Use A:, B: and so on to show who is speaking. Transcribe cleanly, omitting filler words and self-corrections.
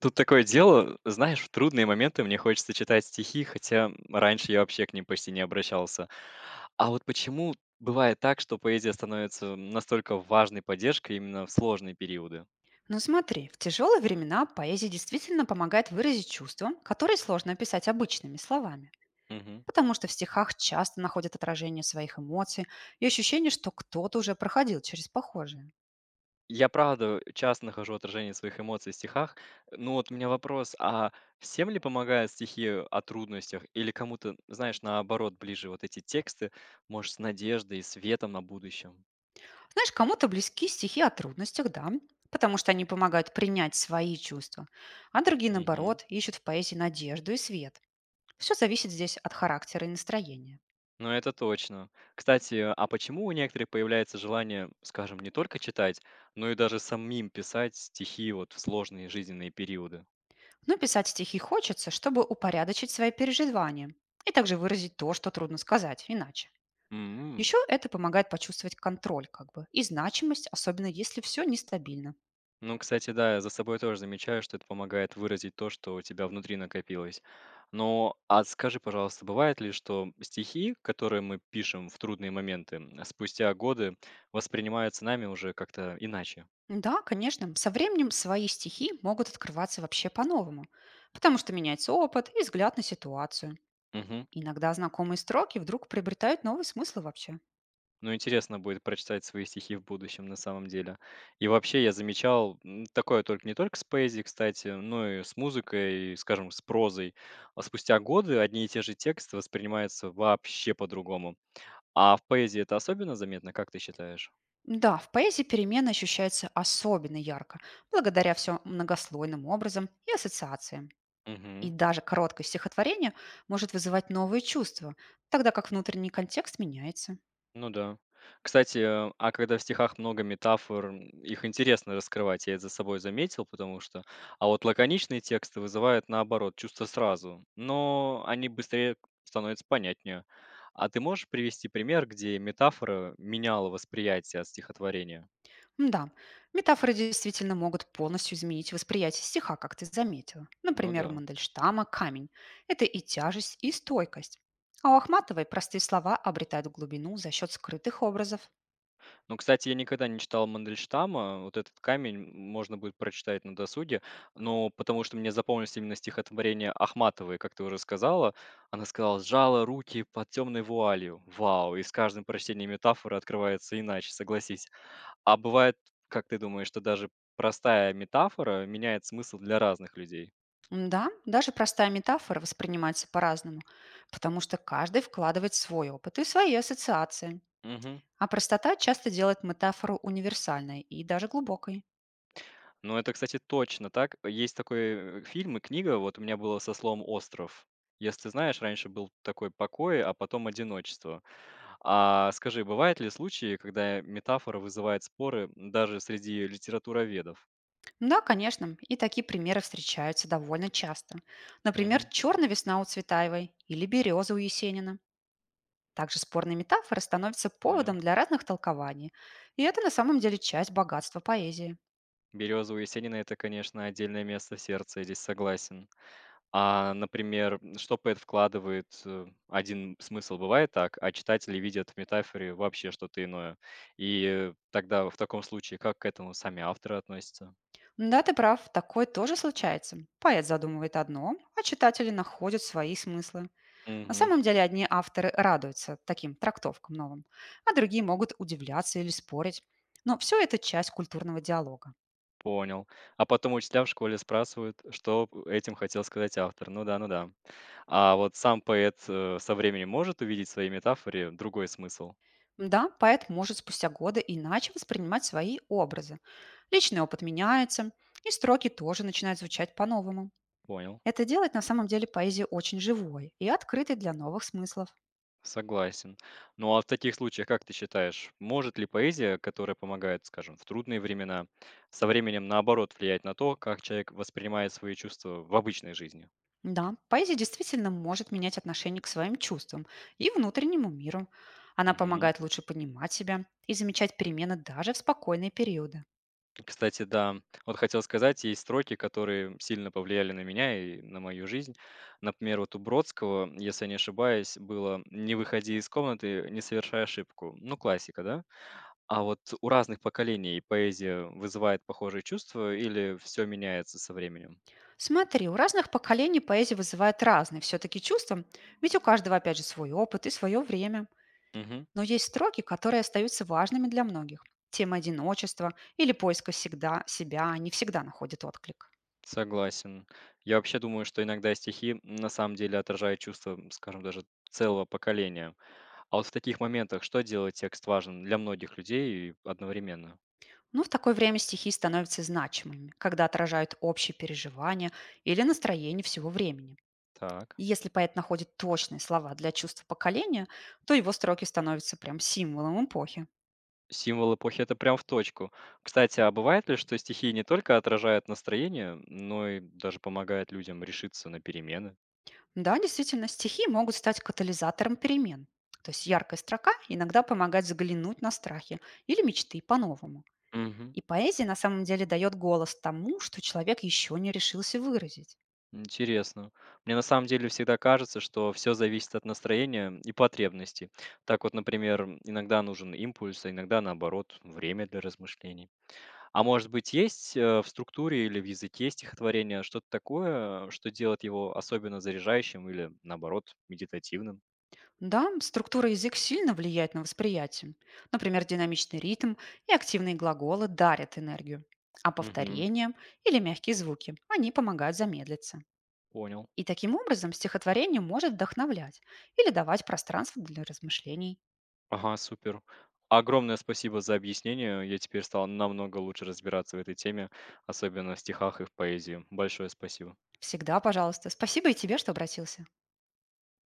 A: Тут такое дело, знаешь, в трудные моменты мне хочется читать стихи, хотя раньше я вообще к ним почти не обращался. А вот почему бывает так, что поэзия становится настолько важной поддержкой именно в сложные периоды?
B: Ну смотри, в тяжелые времена поэзия действительно помогает выразить чувства, которые сложно описать обычными словами,
A: Мгм.
B: потому что в стихах часто находят отражение своих эмоций и ощущение, что кто-то уже проходил через похожее.
A: Я правда часто нахожу отражение своих эмоций в стихах. Ну вот у меня вопрос, а всем ли помогают стихи о трудностях или кому-то, знаешь, наоборот, ближе вот эти тексты, может, с надеждой и светом на будущем?
B: Знаешь, кому-то близки стихи о трудностях, да, потому что они помогают принять свои чувства, а другие,
A: Мгм.
B: наоборот, ищут в поэзии надежду и свет. Все зависит здесь от характера и настроения.
A: Ну, это точно. Кстати, а почему у некоторых появляется желание, скажем, не только читать, но и даже самим писать стихи вот в сложные жизненные периоды?
B: Но писать стихи хочется, чтобы упорядочить свои переживания и также выразить то, что трудно сказать иначе.
A: М.
B: Еще это помогает почувствовать контроль как бы и значимость, особенно если все нестабильно.
A: Ну, кстати, да, я за собой тоже замечаю, что это помогает выразить то, что у тебя внутри накопилось. Но, а скажи, пожалуйста, бывает ли, что стихи, которые мы пишем в трудные моменты, спустя годы воспринимаются нами уже как-то иначе?
B: Да, конечно, со временем свои стихи могут открываться вообще по-новому, потому что меняется опыт и взгляд на ситуацию.
A: Мгм.
B: Иногда знакомые строки вдруг приобретают новый смысл вообще.
A: Ну, интересно будет прочитать свои стихи в будущем, на самом деле. И вообще, я замечал, такое только не только с поэзией, кстати, но и с музыкой, и, скажем, с прозой. А спустя годы одни и те же тексты воспринимаются вообще по-другому. А в поэзии это особенно заметно, как ты считаешь?
B: Да, в поэзии перемены ощущаются особенно ярко, благодаря все многослойным образам и ассоциациям. И
A: Мгм.
B: даже короткое стихотворение может вызывать новые чувства, тогда как внутренний контекст меняется.
A: Ну да. Кстати, а когда в стихах много метафор, их интересно раскрывать, я это за собой заметил, потому что... А вот лаконичные тексты вызывают, наоборот, чувство сразу, но они быстрее становятся понятнее. А ты можешь привести пример, где метафора меняла восприятие от стихотворения?
B: Да, метафоры действительно могут полностью изменить восприятие стиха, как ты заметила.
A: Ну
B: Например, у
A: да.
B: Мандельштама камень– это и тяжесть, и стойкость. А у Ахматовой простые слова обретают глубину за счет скрытых образов.
A: Ну, кстати, я никогда не читал Мандельштама. Вот этот камень можно будет прочитать на досуге. Но потому что мне запомнилось именно стихотворение Ахматовой, как ты уже сказала. Она сказала: "Сжала руки под темной вуалью". Вау! И с каждым прочтением метафора открывается иначе, согласись. А бывает, как ты думаешь, что даже простая метафора меняет смысл для разных людей?
B: Да, даже простая метафора воспринимается по-разному, потому что каждый вкладывает свой опыт и свои ассоциации.
A: Мгм.
B: А простота часто делает метафору универсальной и даже глубокой.
A: Ну, это, кстати, точно так. Есть такой, фильм и книга, вот у меня было со словом "остров". Если ты знаешь, раньше был такой покой, а потом одиночество. А скажи, бывают ли случаи, когда метафора вызывает споры даже среди литературоведов?
B: Да, конечно, и такие примеры встречаются довольно часто. Например,
A: Мгм,
B: черная весна у Цветаевой или береза у Есенина. Также спорные метафоры становятся поводом
A: понял.
B: для разных толкований. И это на самом деле часть богатства поэзии.
A: Береза у Есенина- это, конечно, отдельное место в сердце, я здесь согласен. А, например, что поэт вкладывает, один смысл бывает так, а читатели видят в метафоре вообще что-то иное. И, тогда в таком случае как к этому сами авторы относятся?
B: Да, ты прав, такое тоже случается. Поэт задумывает одно, а читатели находят свои смыслы. На
A: Мгм.
B: самом деле одни авторы радуются таким трактовкам новым, а другие могут удивляться или спорить. Но все это часть культурного диалога.
A: Понял. А потом учителя в школе спрашивают, что этим хотел сказать автор. Ну да, ну да. А вот сам поэт, со временем может увидеть в своей метафоре другой смысл?
B: Да, поэт может спустя годы иначе воспринимать свои образы. Личный опыт меняется, и строки тоже начинают звучать по-новому.
A: Понял.
B: Это делает на самом деле поэзию очень живой и открытой для новых смыслов.
A: Согласен. Ну а в таких случаях, как ты считаешь, может ли поэзия, которая помогает, скажем, в трудные времена, со временем наоборот влиять на то, как человек воспринимает свои чувства в обычной жизни?
B: Да, поэзия действительно может менять отношение к своим чувствам и внутреннему миру. Она
A: Мгм.
B: помогает лучше понимать себя и замечать перемены даже в спокойные периоды.
A: Кстати, да, вот хотел сказать, есть строки, которые сильно повлияли на меня и на мою жизнь. Например, вот у Бродского, если я не ошибаюсь, было «Не выходи из комнаты, не совершай ошибку». Ну, классика, да? А вот у разных поколений поэзия вызывает похожие чувства или все меняется со временем?
B: Смотри, у разных поколений поэзия вызывает разные все-таки чувства, ведь у каждого, опять же, свой опыт и свое время.
A: Мгм.
B: Но есть строки, которые остаются важными для многих. Тема одиночества или поиска всегда себя не всегда находит отклик.
A: Согласен. Я вообще думаю, что иногда стихи на самом деле отражают чувства, скажем, даже целого поколения. А вот в таких моментах что делает текст важным для многих людей и одновременно?
B: Но в такое время стихи становятся значимыми, когда отражают общие переживания или настроение всего времени.
A: Так.
B: И если поэт находит точные слова для чувств поколения, то его строки становятся прям символом эпохи.
A: Символ эпохи это прям в точку. Кстати, а бывает ли, что стихи не только отражают настроение, но и даже помогают людям решиться на перемены?
B: Да, действительно, стихи могут стать катализатором перемен. То есть яркая строка иногда помогает взглянуть на страхи или мечты по-новому.
A: Мгм.
B: И поэзия на самом деле дает голос тому, что человек еще не решился выразить.
A: Интересно. Мне на самом деле всегда кажется, что все зависит от настроения и потребностей. Так вот, например, иногда нужен импульс, а иногда наоборот, время для размышлений. А может быть, есть в структуре или в языке стихотворения что-то такое, что делает его особенно заряжающим или наоборот медитативным?
B: Да, структура язык сильно влияет на восприятие. Например, динамичный ритм и активные глаголы дарят энергию, а
A: Мгм.
B: повторения или мягкие звуки, они помогают замедлиться.
A: Понял.
B: И таким образом стихотворение может вдохновлять или давать пространство для размышлений.
A: Ага, супер. Огромное спасибо за объяснение. Я теперь стал намного лучше разбираться в этой теме, особенно в стихах и в поэзии. Большое спасибо.
B: Всегда, пожалуйста. Спасибо и тебе, что обратился.